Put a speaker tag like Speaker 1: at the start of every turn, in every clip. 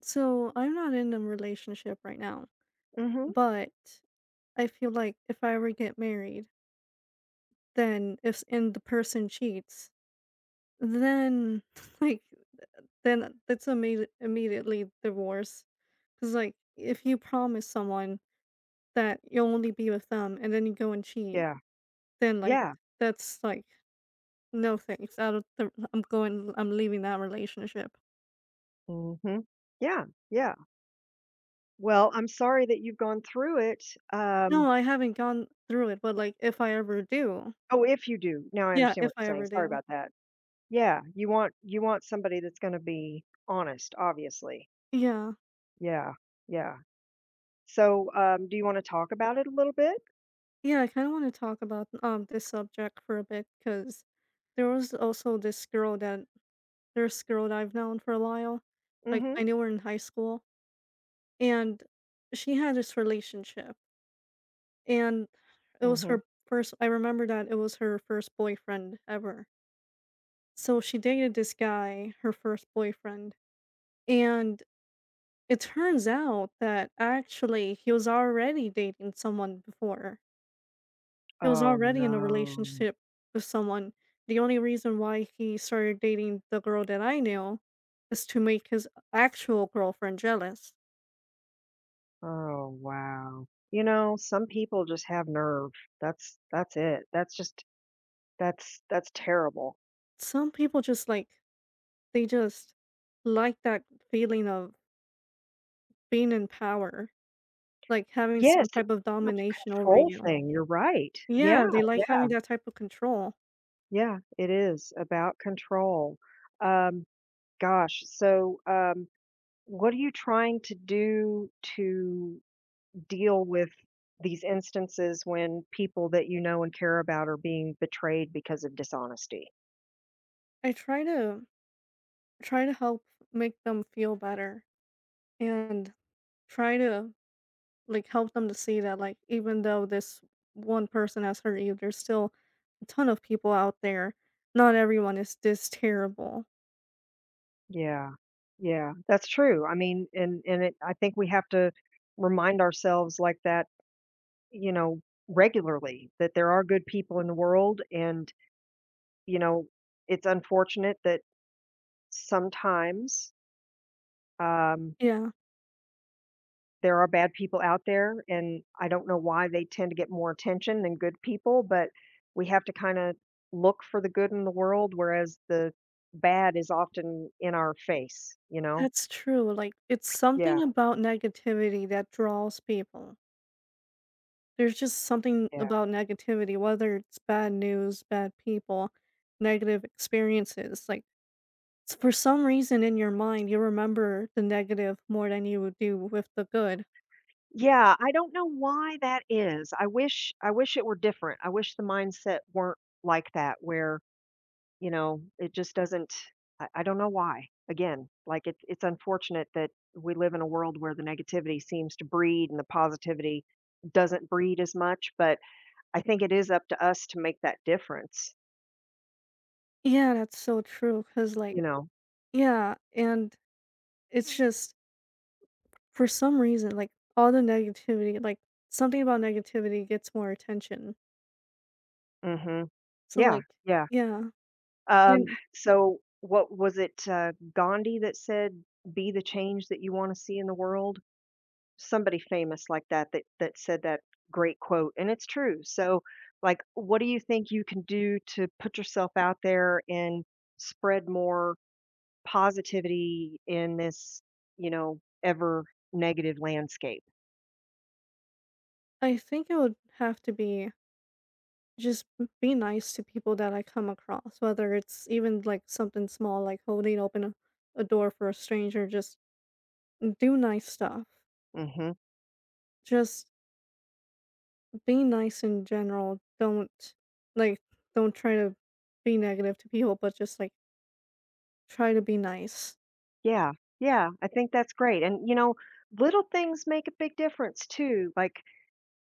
Speaker 1: So I'm not in a relationship right now,
Speaker 2: Mhm.
Speaker 1: but I feel like if I ever get married, then if and the person cheats, then like then that's immediately divorce. Because like if you promise someone that you'll only be with them and then you go and cheat,
Speaker 2: Yeah.
Speaker 1: then like
Speaker 2: Yeah.
Speaker 1: that's like no thanks. Out of the, I'm going. I'm leaving that relationship.
Speaker 2: Mhm. Yeah. Yeah. Well, I'm sorry that you've gone through it. Um
Speaker 1: No, I haven't gone through it, but like if I ever do,
Speaker 2: oh, if you do. Now I
Speaker 1: yeah,
Speaker 2: understand
Speaker 1: if
Speaker 2: what
Speaker 1: I
Speaker 2: you're saying.
Speaker 1: ever
Speaker 2: Sorry
Speaker 1: do,
Speaker 2: about that. Yeah. You want somebody that's going to be honest, obviously.
Speaker 1: yeah.
Speaker 2: Yeah. Yeah. So, do you want to talk about it a little bit?
Speaker 1: Yeah, I kind of want to talk about this subject for a bit because there was also this girl that there's girl that I've known for a while. Like
Speaker 2: Mhm.
Speaker 1: I knew her in high school, and she had this relationship, and it was
Speaker 2: Mhm.
Speaker 1: her first. I remember that it was her first boyfriend ever. So she dated this guy, her first boyfriend, and it turns out that actually he was already dating someone before. He was
Speaker 2: Oh
Speaker 1: already in a
Speaker 2: no.
Speaker 1: relationship with someone. The only reason why he started dating the girl that I knew is to make his actual girlfriend jealous.
Speaker 2: Oh wow. You know, some people just have nerve. That's it. That's just that's terrible.
Speaker 1: Some people just like they just like that feeling of being in power, like having
Speaker 2: Yes,
Speaker 1: some
Speaker 2: it's
Speaker 1: type of
Speaker 2: about a
Speaker 1: domination over
Speaker 2: control
Speaker 1: you.
Speaker 2: thing, you're right. Yeah,
Speaker 1: Yeah, they like
Speaker 2: yeah,
Speaker 1: having that type of control.
Speaker 2: yeah, it is about control. Um, Gosh, so, what are you trying to do to deal with these instances when people that you know and care about are being betrayed because of dishonesty?
Speaker 1: I try to try to help make them feel better and try to like help them to see that like even though this one person has hurt you, there's still a ton of people out there. Not everyone is this terrible.
Speaker 2: Yeah, yeah, that's true. I mean, and it I think we have to remind ourselves like that, you know, regularly that there are good people in the world, and you know, it's unfortunate that sometimes, um,
Speaker 1: Yeah,
Speaker 2: there are bad people out there, and I don't know why they tend to get more attention than good people, but we have to kinda look for the good in the world, whereas the bad is often in our face, you know?
Speaker 1: that's true. Like it's
Speaker 2: Yeah,
Speaker 1: something about negativity that draws people. There's just something
Speaker 2: yeah.
Speaker 1: about negativity, whether it's bad news, bad people, negative experiences. Like for some reason in your mind, you remember the negative more than you would do with the good.
Speaker 2: Yeah, I don't know why that is. I wish it were different. I wish the mindset weren't like that where, you know, it just doesn't. I don't know why. Again, like, it's unfortunate that we live in a world where the negativity seems to breed and the positivity doesn't breed as much, but I think it is up to us to make that difference,
Speaker 1: Yeah, that's so true. Cause like,
Speaker 2: you know?
Speaker 1: yeah, and it's just for some reason, like, all the negativity like, something about negativity gets more attention.
Speaker 2: Mhm.
Speaker 1: So,
Speaker 2: Yeah,
Speaker 1: like
Speaker 2: yeah.
Speaker 1: yeah,
Speaker 2: Um,
Speaker 1: and
Speaker 2: so what was it, Gandhi that said, "Be the change that you wanna see in the world?" Somebody famous like that said that great quote, and it's true. So, like, what do you think you can do to put yourself out there and spread more positivity in this ever negative landscape?
Speaker 1: I think it would have to be just be nice to people that I come across, whether it's even, like, something small, like holding open a door for a stranger, just do nice stuff.
Speaker 2: Mhm.
Speaker 1: Just be nice in general, don't like, don't try to be negative to people, but just, like, try to be nice
Speaker 2: Yeah, yeah. I think that's great. And, little things make a big difference too, like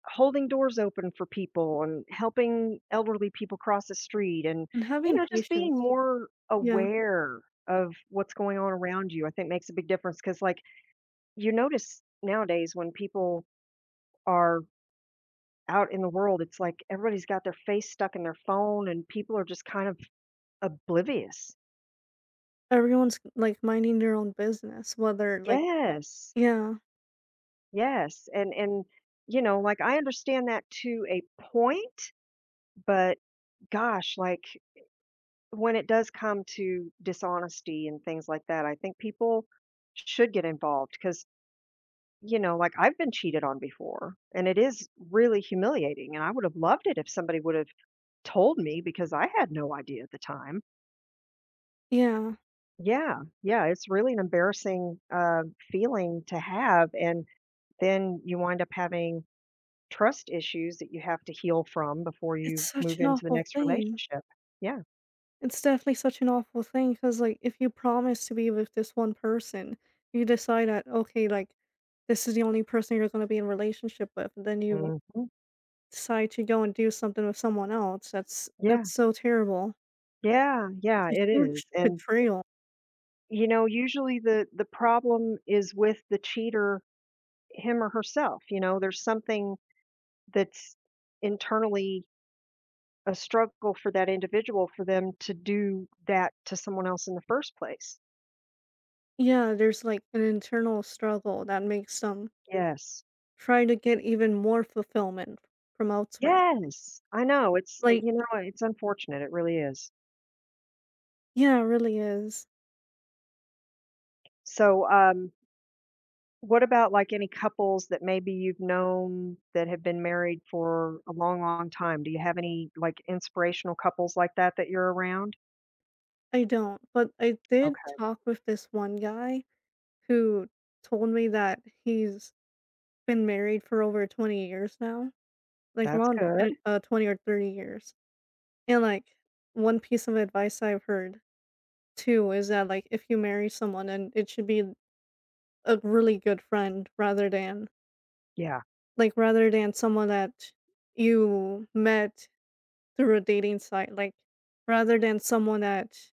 Speaker 2: holding doors open for people and helping elderly people cross the street. and
Speaker 1: and
Speaker 2: you
Speaker 1: having
Speaker 2: know just being
Speaker 1: patience.
Speaker 2: more
Speaker 1: Yeah.
Speaker 2: aware of what's going on around you, I think, makes a big difference, because like you notice nowadays, when people are out in the world, it's like everybody's got their face stuck in their phone, and people are just kind of oblivious.
Speaker 1: Everyone's, like, minding their own business, whether, like
Speaker 2: Yes.
Speaker 1: yeah,
Speaker 2: Yes. And like I understand that to a point, but gosh, like, when it does come to dishonesty and things like that, I think people should get involved because, like I've been cheated on before, and it is really humiliating. And I would have loved it if somebody would have told me because I had no idea at the time.
Speaker 1: yeah.
Speaker 2: Yeah. Yeah. It's really an embarrassing feeling to have. And then you wind up having trust issues that you have to heal from before you
Speaker 1: It's such
Speaker 2: move
Speaker 1: an
Speaker 2: into the
Speaker 1: awful
Speaker 2: next
Speaker 1: thing.
Speaker 2: relationship. Yeah.
Speaker 1: It's definitely such an awful thing because, like, if you promise to be with this one person, you decide that, okay, like, this is the only person you're gonna be in relationship with, and then you
Speaker 2: Hmm.
Speaker 1: decide to go and do something with someone else,
Speaker 2: Yeah.
Speaker 1: that's so terrible.
Speaker 2: Yeah.
Speaker 1: It's
Speaker 2: Yeah.
Speaker 1: a
Speaker 2: It is.
Speaker 1: huge
Speaker 2: And
Speaker 1: betrayal.
Speaker 2: You know, usually the problem is with the cheater, him or herself. There's something that's internally a struggle for that individual for them to do that to someone else in the first place.
Speaker 1: Yeah, there's, like, an internal struggle that makes them
Speaker 2: Yes.
Speaker 1: try to get even more fulfillment from elsewhere.
Speaker 2: Yes. I know, it's eh,
Speaker 1: Like
Speaker 2: you know, it's unfortunate, it really is.
Speaker 1: yeah, it really is.
Speaker 2: So, what about, like, any couples that maybe you've known that have been married for a long, long time? Do you have any, like, inspirational couples like that that you're around?
Speaker 1: I don't, but I did
Speaker 2: Okay,
Speaker 1: talk with this one guy who told me that he's been married for over 20 years now, like
Speaker 2: that's
Speaker 1: around
Speaker 2: good.
Speaker 1: 10 20 or 30 years. And like one piece of advice I've heard too is that like if you marry someone then it should be a really good friend rather than
Speaker 2: Yeah,
Speaker 1: like rather than someone that you met through a dating site, like rather than someone that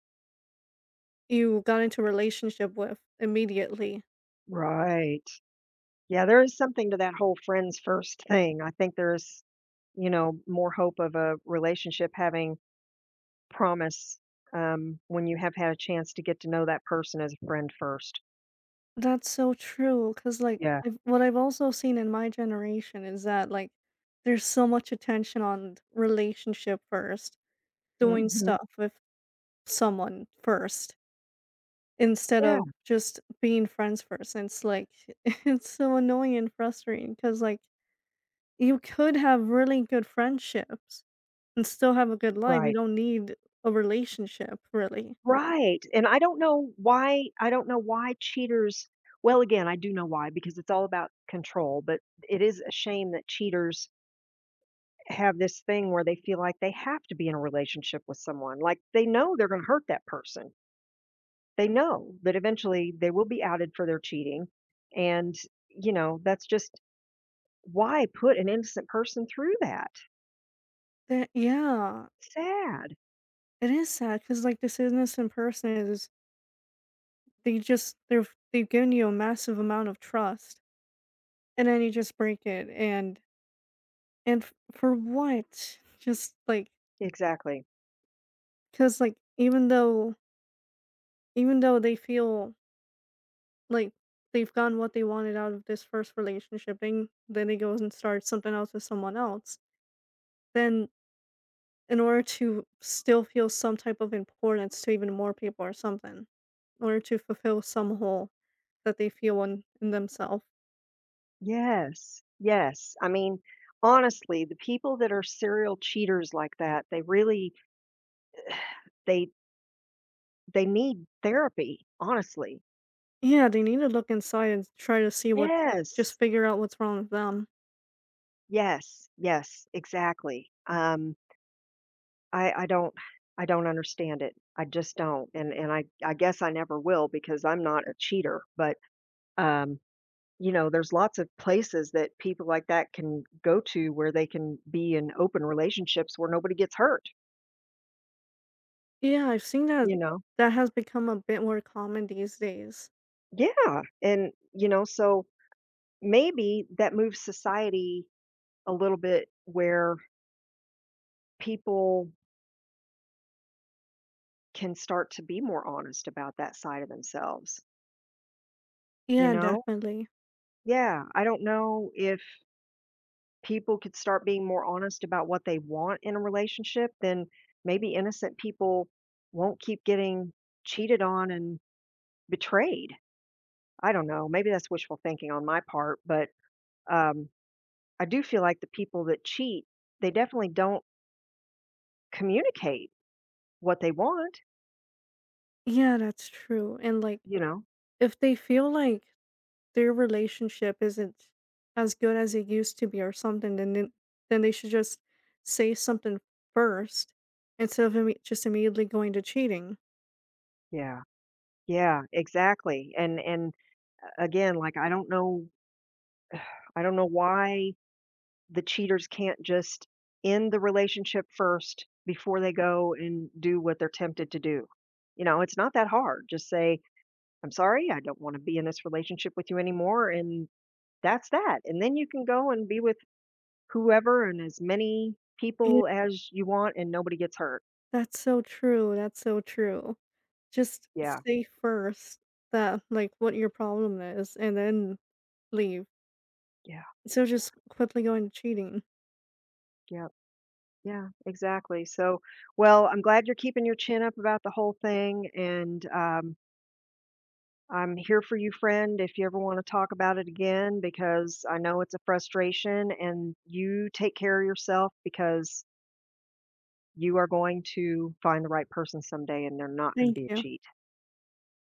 Speaker 1: you got into a relationship with immediately.
Speaker 2: right. Yeah, there is something to that whole friends first thing. I think there's more hope of a relationship having promise, when you have had a chance to get to know that person as a friend first.
Speaker 1: That's so true. Cause like,
Speaker 2: Yeah.
Speaker 1: I've what I've also seen in my generation is that, like, there's so much attention on relationship first, doing
Speaker 2: Hmm.
Speaker 1: stuff with someone first, instead
Speaker 2: Yeah.
Speaker 1: of just being friends first, and it's like, it's so annoying and frustrating. Cause like, you could have really good friendships and still have a good life, you
Speaker 2: Right.
Speaker 1: don't need a relationship, really.
Speaker 2: Right. And I don't know why, I don't know why cheaters, well, again, I do know why because it's all about control, but it is a shame that cheaters have this thing where they feel like they have to be in a relationship with someone. Like they know they're going to hurt that person. They know that eventually they will be outed for their cheating. And that's just why put an innocent person through that?
Speaker 1: That yeah.
Speaker 2: Sad.
Speaker 1: It is sad because, like, this innocent person is they just they're they've given you a massive amount of trust, and then you just break it, and f for what? Just, like,
Speaker 2: Exactly.
Speaker 1: cause like, even though they feel like they've gotten what they wanted out of this first relationship, then they goes and starts something else with someone else, then in order to still feel some type of importance to even more people or something, in order to fulfill some hole that they feel in themselves.
Speaker 2: Yes. Yes. I mean, honestly, the people that are serial cheaters like that, they really they they need therapy, honestly.
Speaker 1: Yeah, they need to look inside and try to see what's just
Speaker 2: Yes.
Speaker 1: figure out what's wrong with them.
Speaker 2: Yes. Yes, exactly. I I don't I don't understand it. I just don't, and I guess I never will because I'm not a cheater, but, um, there's lots of places that people like that can go to where they can be in open relationships where nobody gets hurt,
Speaker 1: Yeah, I've seen that
Speaker 2: you know?
Speaker 1: that has become a bit more common these days.
Speaker 2: Yeah, and, so maybe that moves society a little bit where people can start to be more honest about that side of themselves, you
Speaker 1: Yeah,
Speaker 2: know?
Speaker 1: definitely.
Speaker 2: Yeah, I don't know if people could start being more honest about what they want in a relationship, then maybe innocent people won't keep getting cheated on and betrayed. I don't know. Maybe that's wishful thinking on my part, but um, I do feel like the people that cheat, they definitely don't communicate what they want,
Speaker 1: Yeah, that's true. And like
Speaker 2: you know?
Speaker 1: if they feel like their relationship isn't as good as it used to be or something, then they should just say something first instead of just immediately going to cheating.
Speaker 2: Yeah. Yeah, exactly. And again, like I don't know why the cheaters can't just end the relationship first before they go and do what they're tempted to do. You know, it's not that hard. Just say, I'm sorry, I don't want to be in this relationship with you anymore. And that's that. And then you can go and be with whoever and as many
Speaker 1: Yeah,
Speaker 2: people as you want and nobody gets hurt.
Speaker 1: that's so true. That's so true. Just
Speaker 2: Yeah.
Speaker 1: say first that, like, what your problem is and then leave.
Speaker 2: Yeah.
Speaker 1: So just quickly going to cheating.
Speaker 2: Yeah. Yeah, exactly. So, well, I'm glad you're keeping your chin up about the whole thing. And I'm here for you, friend, if you ever want to talk about it again, because I know it's a frustration and you take care of yourself because you are going to find the right person someday and they're not going to
Speaker 1: Thank
Speaker 2: be a
Speaker 1: you.
Speaker 2: cheat.